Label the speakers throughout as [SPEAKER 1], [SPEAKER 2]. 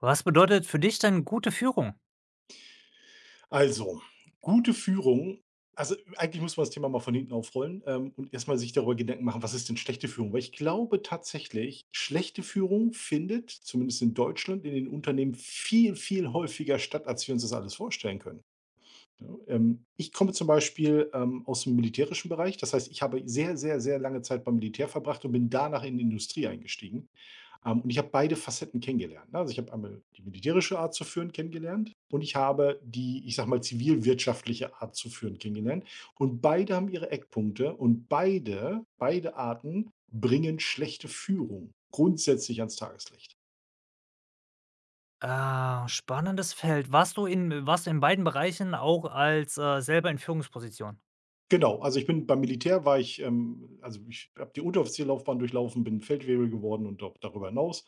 [SPEAKER 1] Was bedeutet für dich denn gute Führung?
[SPEAKER 2] Also, gute Führung eigentlich muss man das Thema mal von hinten aufrollen, und erst mal sich darüber Gedanken machen, was ist denn schlechte Führung? Weil ich glaube tatsächlich, schlechte Führung findet, zumindest in Deutschland, in den Unternehmen viel, viel häufiger statt, als wir uns das alles vorstellen können. Ja, ich komme zum Beispiel, aus dem militärischen Bereich. Das heißt, ich habe sehr, sehr, sehr lange Zeit beim Militär verbracht und bin danach in die Industrie eingestiegen. Und ich habe beide Facetten kennengelernt, ne? Also, ich habe einmal die militärische Art zu führen kennengelernt und ich habe die, ich sage mal, zivilwirtschaftliche Art zu führen kennengelernt. Und beide haben ihre Eckpunkte und beide Arten bringen schlechte Führung grundsätzlich ans Tageslicht.
[SPEAKER 1] Ah, spannendes Feld. Warst du in beiden Bereichen auch als, selber in Führungsposition?
[SPEAKER 2] Genau, also ich bin beim Militär war ich also ich habe die Unteroffizierlaufbahn durchlaufen, bin Feldwebel geworden und auch darüber hinaus.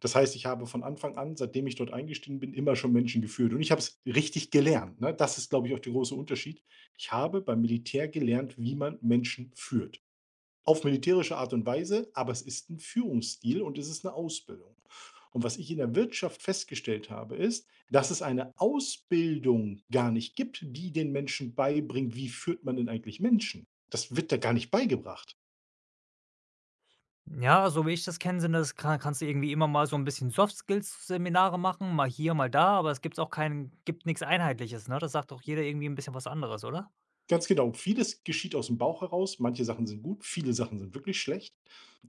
[SPEAKER 2] Das heißt, ich habe von Anfang an, seitdem ich dort eingestiegen bin, immer schon Menschen geführt und ich habe es richtig gelernt, ne? Das ist, glaube ich, auch der große Unterschied. Ich habe beim Militär gelernt, wie man Menschen führt. Auf militärische Art und Weise, aber es ist ein Führungsstil und es ist eine Ausbildung. Und was ich in der Wirtschaft festgestellt habe, ist, dass es eine Ausbildung gar nicht gibt, die den Menschen beibringt, wie führt man denn eigentlich Menschen? Das wird da gar nicht beigebracht.
[SPEAKER 1] Ja, so wie ich das kenne, sind das kann kannst du irgendwie immer mal so ein bisschen Soft Skills Seminare machen, mal hier, mal da, aber es gibt auch kein gibt nichts Einheitliches, ne? Das sagt doch jeder irgendwie ein bisschen was anderes, oder?
[SPEAKER 2] Ganz genau. Vieles geschieht aus dem Bauch heraus. Manche Sachen sind gut, viele Sachen sind wirklich schlecht.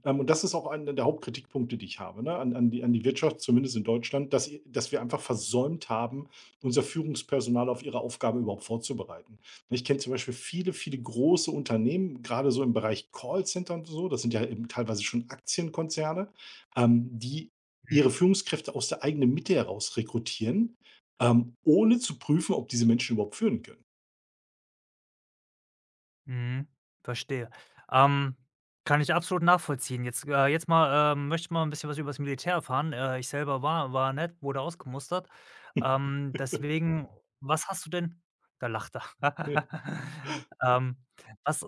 [SPEAKER 2] Und das ist auch einer der Hauptkritikpunkte, die ich habe, ne, an die Wirtschaft, zumindest in Deutschland, dass i dass wir einfach versäumt haben, unser Führungspersonal auf ihre Aufgabe überhaupt vorzubereiten. Ich kenne zum Beispiel viele, viele große Unternehmen, gerade so im Bereich Callcenter und so, das sind ja eben teilweise schon Aktienkonzerne, die ihre Führungskräfte aus der eigenen Mitte heraus rekrutieren, ohne zu prüfen, ob diese Menschen überhaupt führen können.
[SPEAKER 1] Mhm, verstehe. Ähm, Kann ich absolut nachvollziehen. Jetzt möchte ich mal ein bisschen was über das Militär erfahren. Ich selber war nett, wurde ausgemustert. Deswegen, was hast du denn da lacht er. Ähm, was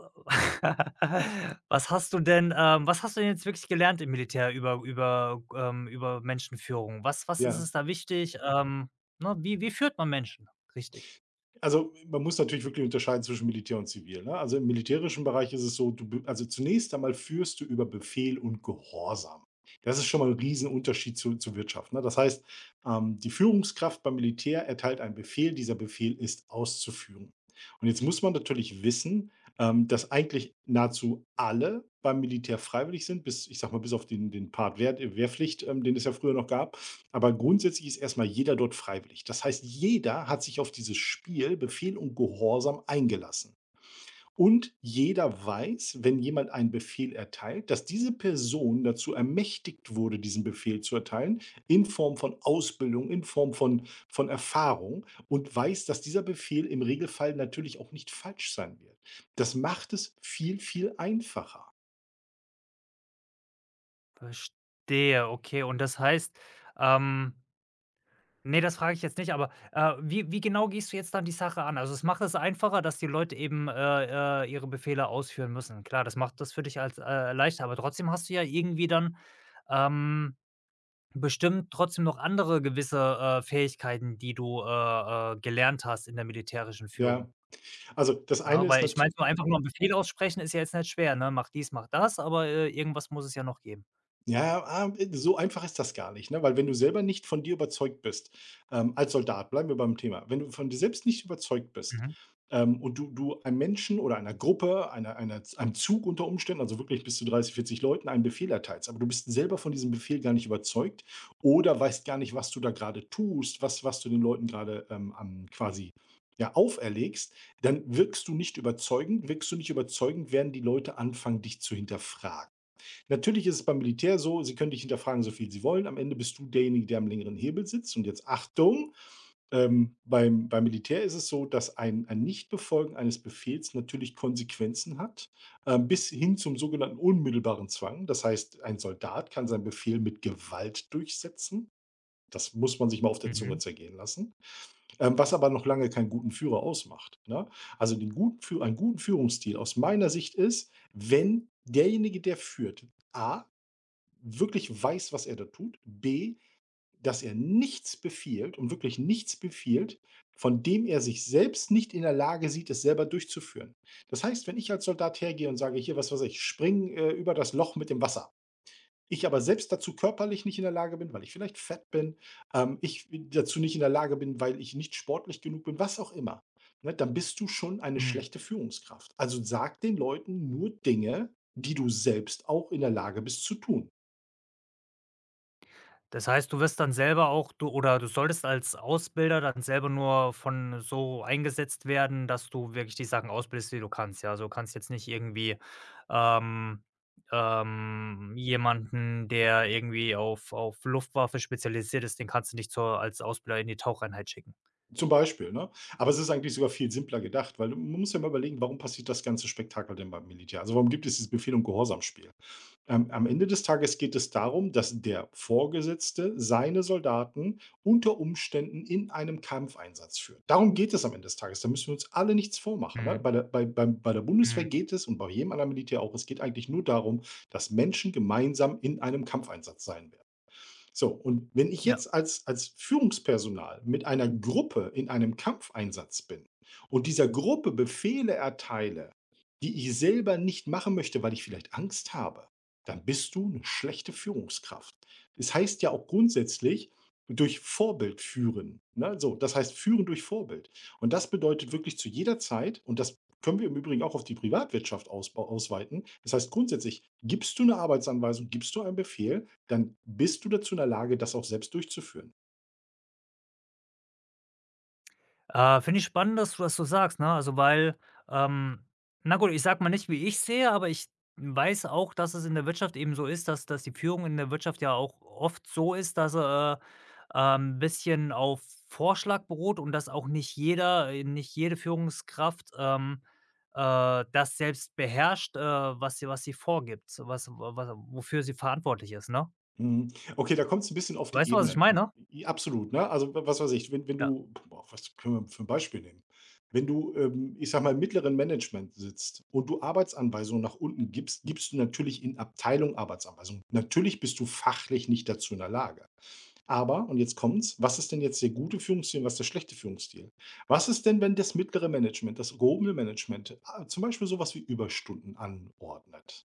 [SPEAKER 1] was hast du denn jetzt wirklich gelernt im Militär über Menschenführung? Was ist
[SPEAKER 2] Ja,
[SPEAKER 1] es da wichtig? Ne, wie führt man Menschen richtig?
[SPEAKER 2] also man muss natürlich wirklich unterscheiden zwischen Militär und Zivil. Ne? Also im militärischen Bereich ist es so, du, also zunächst einmal führst du über Befehl und Gehorsam. Das ist schon mal ein Riesenunterschied zur Wirtschaft. Ne? Das heißt, die Führungskraft beim Militär erteilt einen Befehl, dieser Befehl ist auszuführen. Und jetzt muss man natürlich wissen, dass eigentlich nahezu alle beim Militär freiwillig sind, bis, ich sag mal, bis auf den Part Wehr, Wehrpflicht, den es ja früher noch gab. Aber grundsätzlich ist erstmal jeder dort freiwillig. Das heißt, jeder hat sich auf dieses Spiel Befehl und Gehorsam eingelassen. Und jeder weiß, wenn jemand einen Befehl erteilt, dass diese Person dazu ermächtigt wurde, diesen Befehl zu erteilen, in Form von Ausbildung, in Form von Erfahrung und weiß, dass dieser Befehl im Regelfall natürlich auch nicht falsch sein wird. Das macht es viel, viel einfacher.
[SPEAKER 1] Verstehe, okay. Und das heißt, ähm ne, das frage ich jetzt nicht, aber, wie wie genau gehst du jetzt dann die Sache an? Also, es macht es einfacher, dass die Leute eben, ihre Befehle ausführen müssen. Klar, das macht das für dich als leichter, aber trotzdem hast du ja irgendwie dann, ähm, bestimmt trotzdem noch andere gewisse, Fähigkeiten, die du, gelernt hast in der militärischen Führung,
[SPEAKER 2] Ja, also das
[SPEAKER 1] ne?
[SPEAKER 2] eine ist
[SPEAKER 1] Weil ich meine,
[SPEAKER 2] natürlich.
[SPEAKER 1] so einfach nur 'n Befehl aussprechen ist ja jetzt nicht schwer, ne? Mach dies, mach das, aber, irgendwas muss es ja noch geben.
[SPEAKER 2] Ja, so einfach ist das gar nicht, ne? Weil wenn du selber nicht von dir überzeugt bist, als Soldat, bleiben wir beim Thema, wenn du von dir selbst nicht überzeugt bist,
[SPEAKER 1] Mhm.
[SPEAKER 2] und du einem Menschen oder einer Gruppe, einer einer einem Zug unter Umständen, also wirklich bis zu 30, 40 Leuten einen Befehl erteilst, aber du bist selber von diesem Befehl gar nicht überzeugt oder weißt gar nicht, was du da gerade tust, was du den Leuten gerade an quasi, ja, auferlegst, dann wirkst du nicht überzeugend. Wirkst du nicht überzeugend, werden die Leute anfangen, dich zu hinterfragen. Natürlich ist es beim Militär so, sie können dich hinterfragen, so viel sie wollen. Am Ende bist du derjenige, der am längeren Hebel sitzt. Und jetzt Achtung, beim Militär ist es so, dass ein Nichtbefolgen eines Befehls natürlich Konsequenzen hat, bis hin zum sogenannten unmittelbaren Zwang. Das heißt, ein Soldat kann seinen Befehl mit Gewalt durchsetzen. Das muss man sich mal auf der Zunge
[SPEAKER 1] Mhm.
[SPEAKER 2] zergehen lassen. Was aber noch lange keinen guten Führer ausmacht. Ne? Also den guten, einen guten Führungsstil aus meiner Sicht ist, wenn derjenige, der führt, A, wirklich weiß, was er da tut. B, dass er nichts befiehlt und wirklich nichts befiehlt, von dem er sich selbst nicht in der Lage sieht, es selber durchzuführen. Das heißt, wenn ich als Soldat hergehe und sage, hier, was weiß ich, spring über das Loch mit dem Wasser. Ich aber selbst dazu körperlich nicht in der Lage bin, weil ich vielleicht fett bin, ich dazu nicht in der Lage bin, weil ich nicht sportlich genug bin, was auch immer. Ne, dann bist du schon eine
[SPEAKER 1] Mhm.
[SPEAKER 2] schlechte Führungskraft. Also sag den Leuten nur Dinge, die du selbst auch in der Lage bist zu tun.
[SPEAKER 1] Das heißt, du wirst dann selber auch du oder du solltest als Ausbilder dann selber nur von so eingesetzt werden, dass du wirklich die Sachen ausbildest, die du kannst, ja? Also, du kannst jetzt nicht irgendwie, ähm jemanden, der irgendwie auf Luftwaffe spezialisiert ist, den kannst du nicht zur als Ausbilder in die Taucheinheit schicken.
[SPEAKER 2] Zum Beispiel, ne? Aber es ist eigentlich sogar viel simpler gedacht, weil man muss ja mal überlegen, warum passiert das ganze Spektakel denn beim Militär? Also warum gibt es dieses Befehl- und Gehorsamspiel? Am Ende des Tages geht es darum, dass der Vorgesetzte seine Soldaten unter Umständen in einem Kampfeinsatz führt. Darum geht es am Ende des Tages. Da müssen wir uns alle nichts vormachen. Ne?
[SPEAKER 1] Mhm,
[SPEAKER 2] Bei der Bundeswehr
[SPEAKER 1] mhm,
[SPEAKER 2] geht es und bei jedem anderen Militär auch, es geht eigentlich nur darum, dass Menschen gemeinsam in einem Kampfeinsatz sein werden. So, und wenn ich
[SPEAKER 1] ja.
[SPEAKER 2] jetzt als Führungspersonal mit einer Gruppe in einem Kampfeinsatz bin und dieser Gruppe Befehle erteile, die ich selber nicht machen möchte, weil ich vielleicht Angst habe, dann bist du eine schlechte Führungskraft. Das heißt ja auch grundsätzlich durch Vorbild führen. Ne? So, das heißt führen durch Vorbild. Und das bedeutet wirklich zu jeder Zeit, und das können wir im Übrigen auch auf die Privatwirtschaft ausweiten. Das heißt grundsätzlich, gibst du eine Arbeitsanweisung, gibst du einen Befehl, dann bist du dazu in der Lage, das auch selbst durchzuführen.
[SPEAKER 1] Finde ich spannend, dass du das so sagst, ne? Also, weil, ähm na gut, ich sage mal nicht, wie ich sehe, aber ich weiß auch, dass es in der Wirtschaft eben so ist, dass die Führung in der Wirtschaft ja auch oft so ist, dass, er bisschen auf Vorschlag beruht und dass auch nicht jeder nicht jede Führungskraft, das selbst beherrscht, was sie vorgibt, was was wofür sie verantwortlich ist, ne?
[SPEAKER 2] Mhm. Okay, da kommt es ein bisschen auf die
[SPEAKER 1] Weißt du, was ich
[SPEAKER 2] Ebenen an.
[SPEAKER 1] meine?
[SPEAKER 2] I Absolut, ne? Also, was weiß ich, wenn wenn
[SPEAKER 1] Ja.
[SPEAKER 2] du boah, was können wir für ein Beispiel nehmen? Wenn du, ich sage mal, im mittleren Management sitzt und du Arbeitsanweisungen nach unten gibst, gibst du natürlich in Abteilung Arbeitsanweisungen. Natürlich bist du fachlich nicht dazu in der Lage. Aber, und jetzt kommt's, was ist denn jetzt der gute Führungsstil und was ist der schlechte Führungsstil? Was ist denn, wenn das mittlere Management, das gehobene Management, a zum Beispiel sowas wie Überstunden anordnet,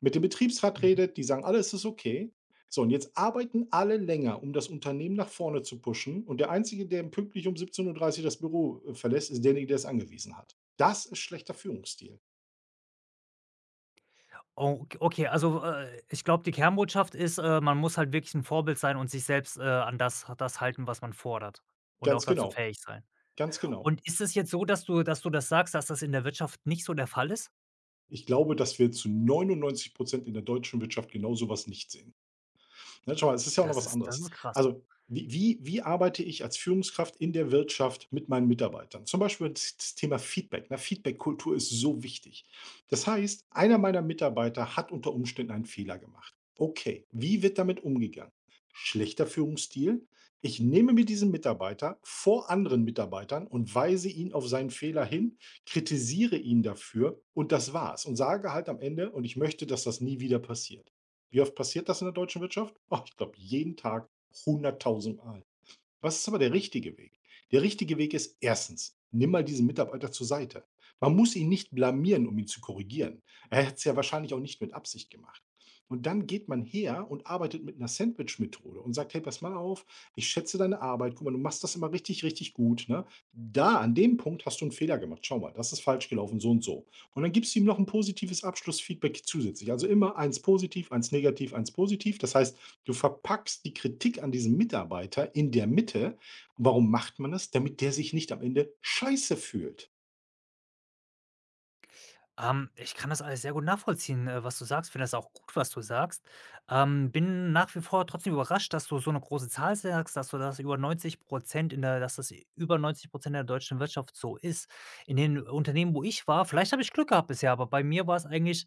[SPEAKER 2] mit dem Betriebsrat
[SPEAKER 1] Mhm.
[SPEAKER 2] redet, die sagen, alles ist okay. So, und jetzt arbeiten alle länger, um das Unternehmen nach vorne zu pushen. Und der Einzige, der pünktlich um 17:30 Uhr das Büro verlässt, ist derjenige, der es angewiesen hat. Das ist schlechter Führungsstil.
[SPEAKER 1] Ok okay, also, ich glaube, die Kernbotschaft ist, man muss halt wirklich ein Vorbild sein und sich selbst, an das halten, was man fordert und auch
[SPEAKER 2] Ganz
[SPEAKER 1] dazu
[SPEAKER 2] genau.
[SPEAKER 1] fähig sein.
[SPEAKER 2] Ganz genau.
[SPEAKER 1] Und ist es jetzt so, dass du das sagst, dass das in der Wirtschaft nicht so der Fall ist?
[SPEAKER 2] Ich glaube, dass wir zu 99% in der deutschen Wirtschaft genau sowas nicht sehen. Ne, schau mal, es ist ja auch noch
[SPEAKER 1] Das
[SPEAKER 2] was
[SPEAKER 1] ist das
[SPEAKER 2] anderes.
[SPEAKER 1] ist krass.
[SPEAKER 2] Also, wie arbeite ich als Führungskraft in der Wirtschaft mit meinen Mitarbeitern? Zum Beispiel das Thema Feedback, ne? Feedbackkultur ist so wichtig. Das heißt, einer meiner Mitarbeiter hat unter Umständen einen Fehler gemacht. Okay, wie wird damit umgegangen? Schlechter Führungsstil: Ich nehme mir diesen Mitarbeiter vor anderen Mitarbeitern und weise ihn auf seinen Fehler hin, kritisiere ihn dafür und das war's. Und sage halt am Ende: „Und ich möchte, dass das nie wieder passiert." Wie oft passiert das in der deutschen Wirtschaft? Oh, ich glaube, jeden Tag 100.000 Mal. Was ist aber der richtige Weg? Der richtige Weg ist erstens: Nimm mal diesen Mitarbeiter zur Seite. Man muss ihn nicht blamieren, um ihn zu korrigieren. Er hat es ja wahrscheinlich auch nicht mit Absicht gemacht. Und dann geht man her und arbeitet mit einer Sandwich-Methode und sagt: Hey, pass mal auf, ich schätze deine Arbeit, guck mal, du machst das immer richtig, richtig gut. Ne? Da, an dem Punkt hast du einen Fehler gemacht. Schau mal, das ist falsch gelaufen, so und so. Und dann gibst du ihm noch ein positives Abschlussfeedback zusätzlich. Also immer eins positiv, eins negativ, eins positiv. Das heißt, du verpackst die Kritik an diesem Mitarbeiter in der Mitte. Warum macht man das? Damit der sich nicht am Ende scheiße fühlt.
[SPEAKER 1] Ich kann das alles sehr gut nachvollziehen, was du sagst, finde das auch gut, was du sagst. Bin nach wie vor trotzdem überrascht, dass du so eine große Zahl sagst, dass das über 90% der deutschen Wirtschaft so ist. In den Unternehmen, wo ich war, vielleicht habe ich Glück gehabt bisher, aber bei mir war es eigentlich,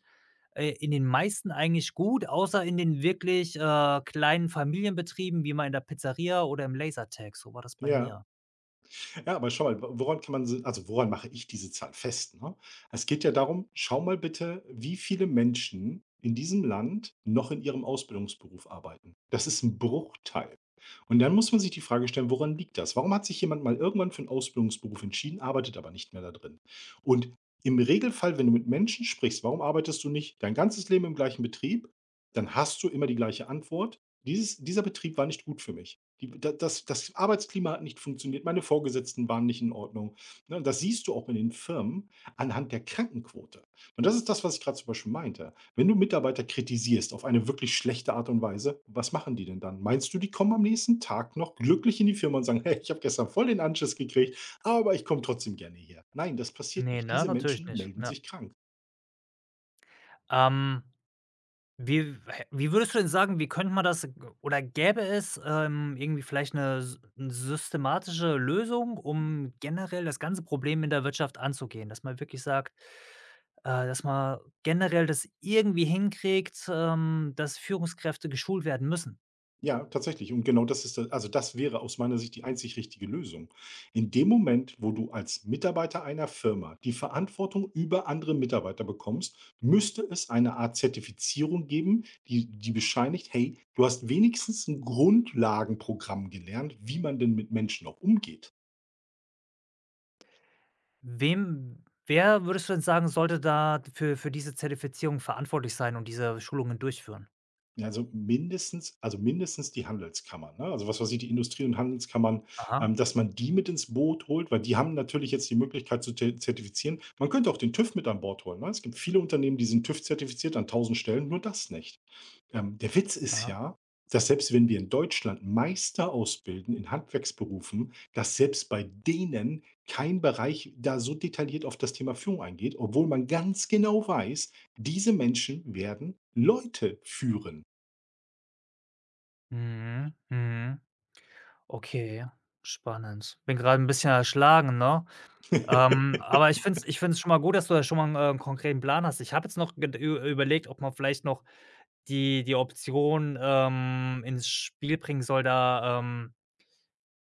[SPEAKER 1] in den meisten eigentlich gut, außer in den wirklich, kleinen Familienbetrieben, wie mal in der Pizzeria oder im Lasertag. So war das bei
[SPEAKER 2] Ja.
[SPEAKER 1] mir.
[SPEAKER 2] Ja, aber schau mal, woran kann man si also, woran mache ich diese Zahl fest, ne? Es geht ja darum, schau mal bitte, wie viele Menschen in diesem Land noch in ihrem Ausbildungsberuf arbeiten. Das ist ein Bruchteil. Und dann muss man sich die Frage stellen, woran liegt das? Warum hat sich jemand mal irgendwann für einen Ausbildungsberuf entschieden, arbeitet aber nicht mehr da drin? Und im Regelfall, wenn du mit Menschen sprichst, warum arbeitest du nicht dein ganzes Leben im gleichen Betrieb? Dann hast du immer die gleiche Antwort: „Dieses dieser Betrieb war nicht gut für mich, die da das das Arbeitsklima hat nicht funktioniert, meine Vorgesetzten waren nicht in Ordnung, ne?" Und das siehst du auch in den Firmen anhand der Krankenquote. Und das ist das, was ich gerade zum Beispiel meinte. Wenn du Mitarbeiter kritisierst auf eine wirklich schlechte Art und Weise, was machen die denn dann? Meinst du, die kommen am nächsten Tag noch glücklich in die Firma und sagen: „Hey, ich habe gestern voll den Anschiss gekriegt, aber ich komme trotzdem gerne hier"? Nein, das passiert
[SPEAKER 1] Ne,
[SPEAKER 2] nicht.
[SPEAKER 1] ne,
[SPEAKER 2] Diese
[SPEAKER 1] natürlich
[SPEAKER 2] Menschen
[SPEAKER 1] nicht,
[SPEAKER 2] melden
[SPEAKER 1] ne.
[SPEAKER 2] sich krank.
[SPEAKER 1] Ähm Wie wie würdest du denn sagen, wie könnte man das oder gäbe es, irgendwie vielleicht eine systematische Lösung, um generell das ganze Problem in der Wirtschaft anzugehen? Dass man wirklich sagt, dass man generell das irgendwie hinkriegt, dass Führungskräfte geschult werden müssen.
[SPEAKER 2] Ja, tatsächlich. Und genau das ist, also das wäre aus meiner Sicht die einzig richtige Lösung. In dem Moment, wo du als Mitarbeiter einer Firma die Verantwortung über andere Mitarbeiter bekommst, müsste es eine Art Zertifizierung geben, die bescheinigt, hey, du hast wenigstens ein Grundlagenprogramm gelernt, wie man denn mit Menschen auch umgeht.
[SPEAKER 1] Wem Wer würdest du denn sagen, sollte da für diese Zertifizierung verantwortlich sein und diese Schulungen durchführen?
[SPEAKER 2] Ja, also mindestens die Handelskammern, ne? Also, was weiß ich, die Industrie und Handelskammern,
[SPEAKER 1] Aha,
[SPEAKER 2] dass man die mit ins Boot holt, weil die haben natürlich jetzt die Möglichkeit zu te zertifizieren. Man könnte auch den TÜV mit an Bord holen, ne? Es gibt viele Unternehmen, die sind TÜV-zertifiziert an tausend Stellen, nur das nicht. Der Witz ist
[SPEAKER 1] aha.
[SPEAKER 2] ja, dass selbst wenn wir in Deutschland Meister ausbilden in Handwerksberufen, dass selbst bei denen kein Bereich da so detailliert auf das Thema Führung eingeht, obwohl man ganz genau weiß, diese Menschen werden Leute führen.
[SPEAKER 1] Mhm, mhm. Okay, spannend. Bin gerade ein bisschen erschlagen, ne? Aber ich finde es schon mal gut, dass du da schon mal einen 'n konkreten Plan hast. Ich habe jetzt noch ged ü überlegt, ob man vielleicht noch die Option, ins Spiel bringen soll, da,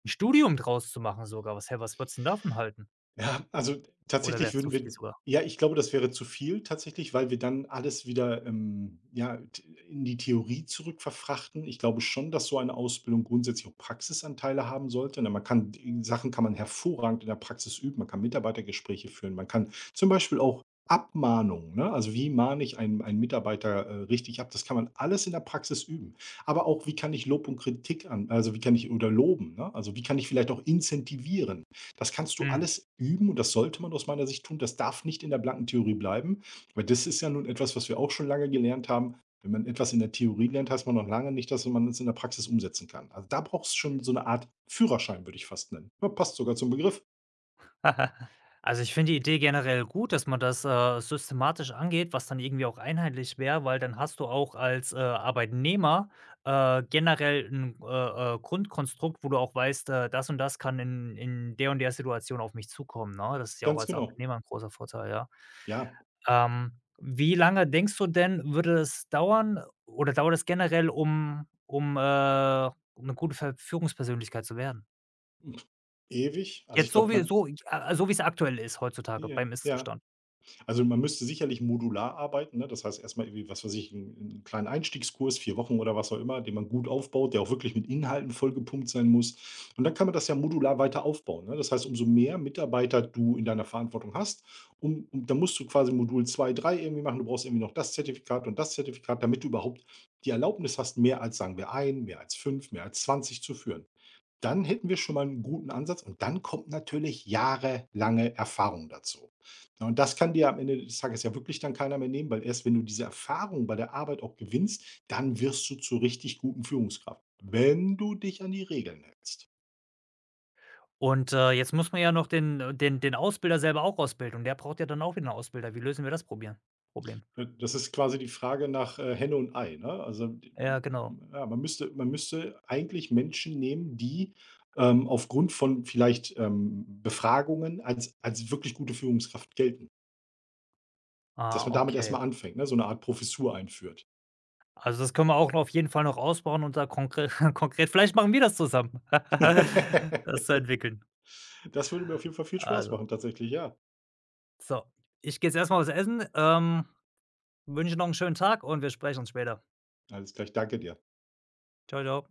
[SPEAKER 1] 'n Studium draus zu machen sogar. Was würdest 'n davon halten?
[SPEAKER 2] Ja, also
[SPEAKER 1] Oder
[SPEAKER 2] tatsächlich
[SPEAKER 1] wär's zu
[SPEAKER 2] würden
[SPEAKER 1] viel
[SPEAKER 2] wir,
[SPEAKER 1] sogar?
[SPEAKER 2] ja, ich glaube, das wäre zu viel tatsächlich, weil wir dann alles wieder, ja, t in die Theorie zurückverfrachten. Ich glaube schon, dass so eine Ausbildung grundsätzlich auch Praxisanteile haben sollte, ne? Man kann Sachen kann man hervorragend in der Praxis üben. Man kann Mitarbeitergespräche führen. Man kann zum Beispiel auch Abmahnungen, ne? Also, wie mahne ich einen Mitarbeiter, richtig ab? Das kann man alles in der Praxis üben. Aber auch, wie kann ich Lob und Kritik an, also, wie kann ich oder loben, ne? Also, wie kann ich vielleicht auch incentivieren? Das kannst du
[SPEAKER 1] Mhm.
[SPEAKER 2] alles üben und das sollte man aus meiner Sicht tun. Das darf nicht in der blanken Theorie bleiben, weil das ist ja nun etwas, was wir auch schon lange gelernt haben. Wenn man etwas in der Theorie lernt, heißt man noch lange nicht, dass man es in der Praxis umsetzen kann. Also da brauchst du schon so eine Art Führerschein, würde ich fast nennen. Ja, passt sogar zum Begriff.
[SPEAKER 1] Also, ich finde die Idee generell gut, dass man das, systematisch angeht, was dann irgendwie auch einheitlich wäre, weil dann hast du auch als, Arbeitnehmer, generell ein Grundkonstrukt, wo du auch weißt, das und das kann in der und der Situation auf mich zukommen, ne? Das ist ja auch
[SPEAKER 2] Ganz
[SPEAKER 1] als
[SPEAKER 2] genau.
[SPEAKER 1] Arbeitnehmer ein großer Vorteil, ja.
[SPEAKER 2] Ja,
[SPEAKER 1] Wie lange denkst du denn, würde es dauern oder dauert es generell, um um 'ne gute Ver Führungspersönlichkeit zu werden?
[SPEAKER 2] ewig. Also
[SPEAKER 1] Jetzt
[SPEAKER 2] ich glaube,
[SPEAKER 1] so wie
[SPEAKER 2] man.
[SPEAKER 1] so, so wie es aktuell ist heutzutage
[SPEAKER 2] Ja,
[SPEAKER 1] beim
[SPEAKER 2] ja.
[SPEAKER 1] Ist-Zustand.
[SPEAKER 2] Also, man müsste sicherlich modular arbeiten, ne? Das heißt, erstmal irgendwie, was weiß ich, einen 'n kleinen Einstiegskurs, 4 Wochen oder was auch immer, den man gut aufbaut, der auch wirklich mit Inhalten vollgepumpt sein muss. Und dann kann man das ja modular weiter aufbauen, ne? Das heißt, umso mehr Mitarbeiter du in deiner Verantwortung hast, um um dann musst du quasi Modul 2 3 irgendwie machen. Du brauchst irgendwie noch das Zertifikat und das Zertifikat, damit du überhaupt die Erlaubnis hast, mehr als, sagen wir, ein, mehr als 5, mehr als 20 zu führen. Dann hätten wir schon mal einen guten Ansatz und dann kommt natürlich jahrelange Erfahrung dazu. Ja, und das kann dir am Ende des Tages ja wirklich dann keiner mehr nehmen, weil erst wenn du diese Erfahrung bei der Arbeit auch gewinnst, dann wirst du zur richtig guten Führungskraft, wenn du dich an die Regeln hältst.
[SPEAKER 1] Und, jetzt muss man ja noch den den den Ausbilder selber auch ausbilden und der braucht ja dann auch wieder einen Ausbilder. Wie lösen wir das Probieren Problem?
[SPEAKER 2] Ja, das ist quasi die Frage nach, Henne und Ei, ne? Also, d
[SPEAKER 1] Ja, genau.
[SPEAKER 2] ja, man müsste eigentlich Menschen nehmen, die, aufgrund von vielleicht, Befragungen als wirklich gute Führungskraft gelten. Dass
[SPEAKER 1] Ah,
[SPEAKER 2] man damit erst
[SPEAKER 1] okay.
[SPEAKER 2] mal anfängt, ne, so eine Art Professur einführt.
[SPEAKER 1] Also, das können wir auch auf jeden Fall noch ausbauen und da konkret konkret vielleicht machen wir das zusammen, das zu entwickeln.
[SPEAKER 2] Das würde mir auf jeden Fall viel Spaß machen
[SPEAKER 1] Also,
[SPEAKER 2] tatsächlich, ja.
[SPEAKER 1] so, ich gehe jetzt erstmal mal was essen, wünsche noch einen schönen Tag und wir sprechen uns später.
[SPEAKER 2] Alles gleich, danke dir.
[SPEAKER 1] Ciao ciao.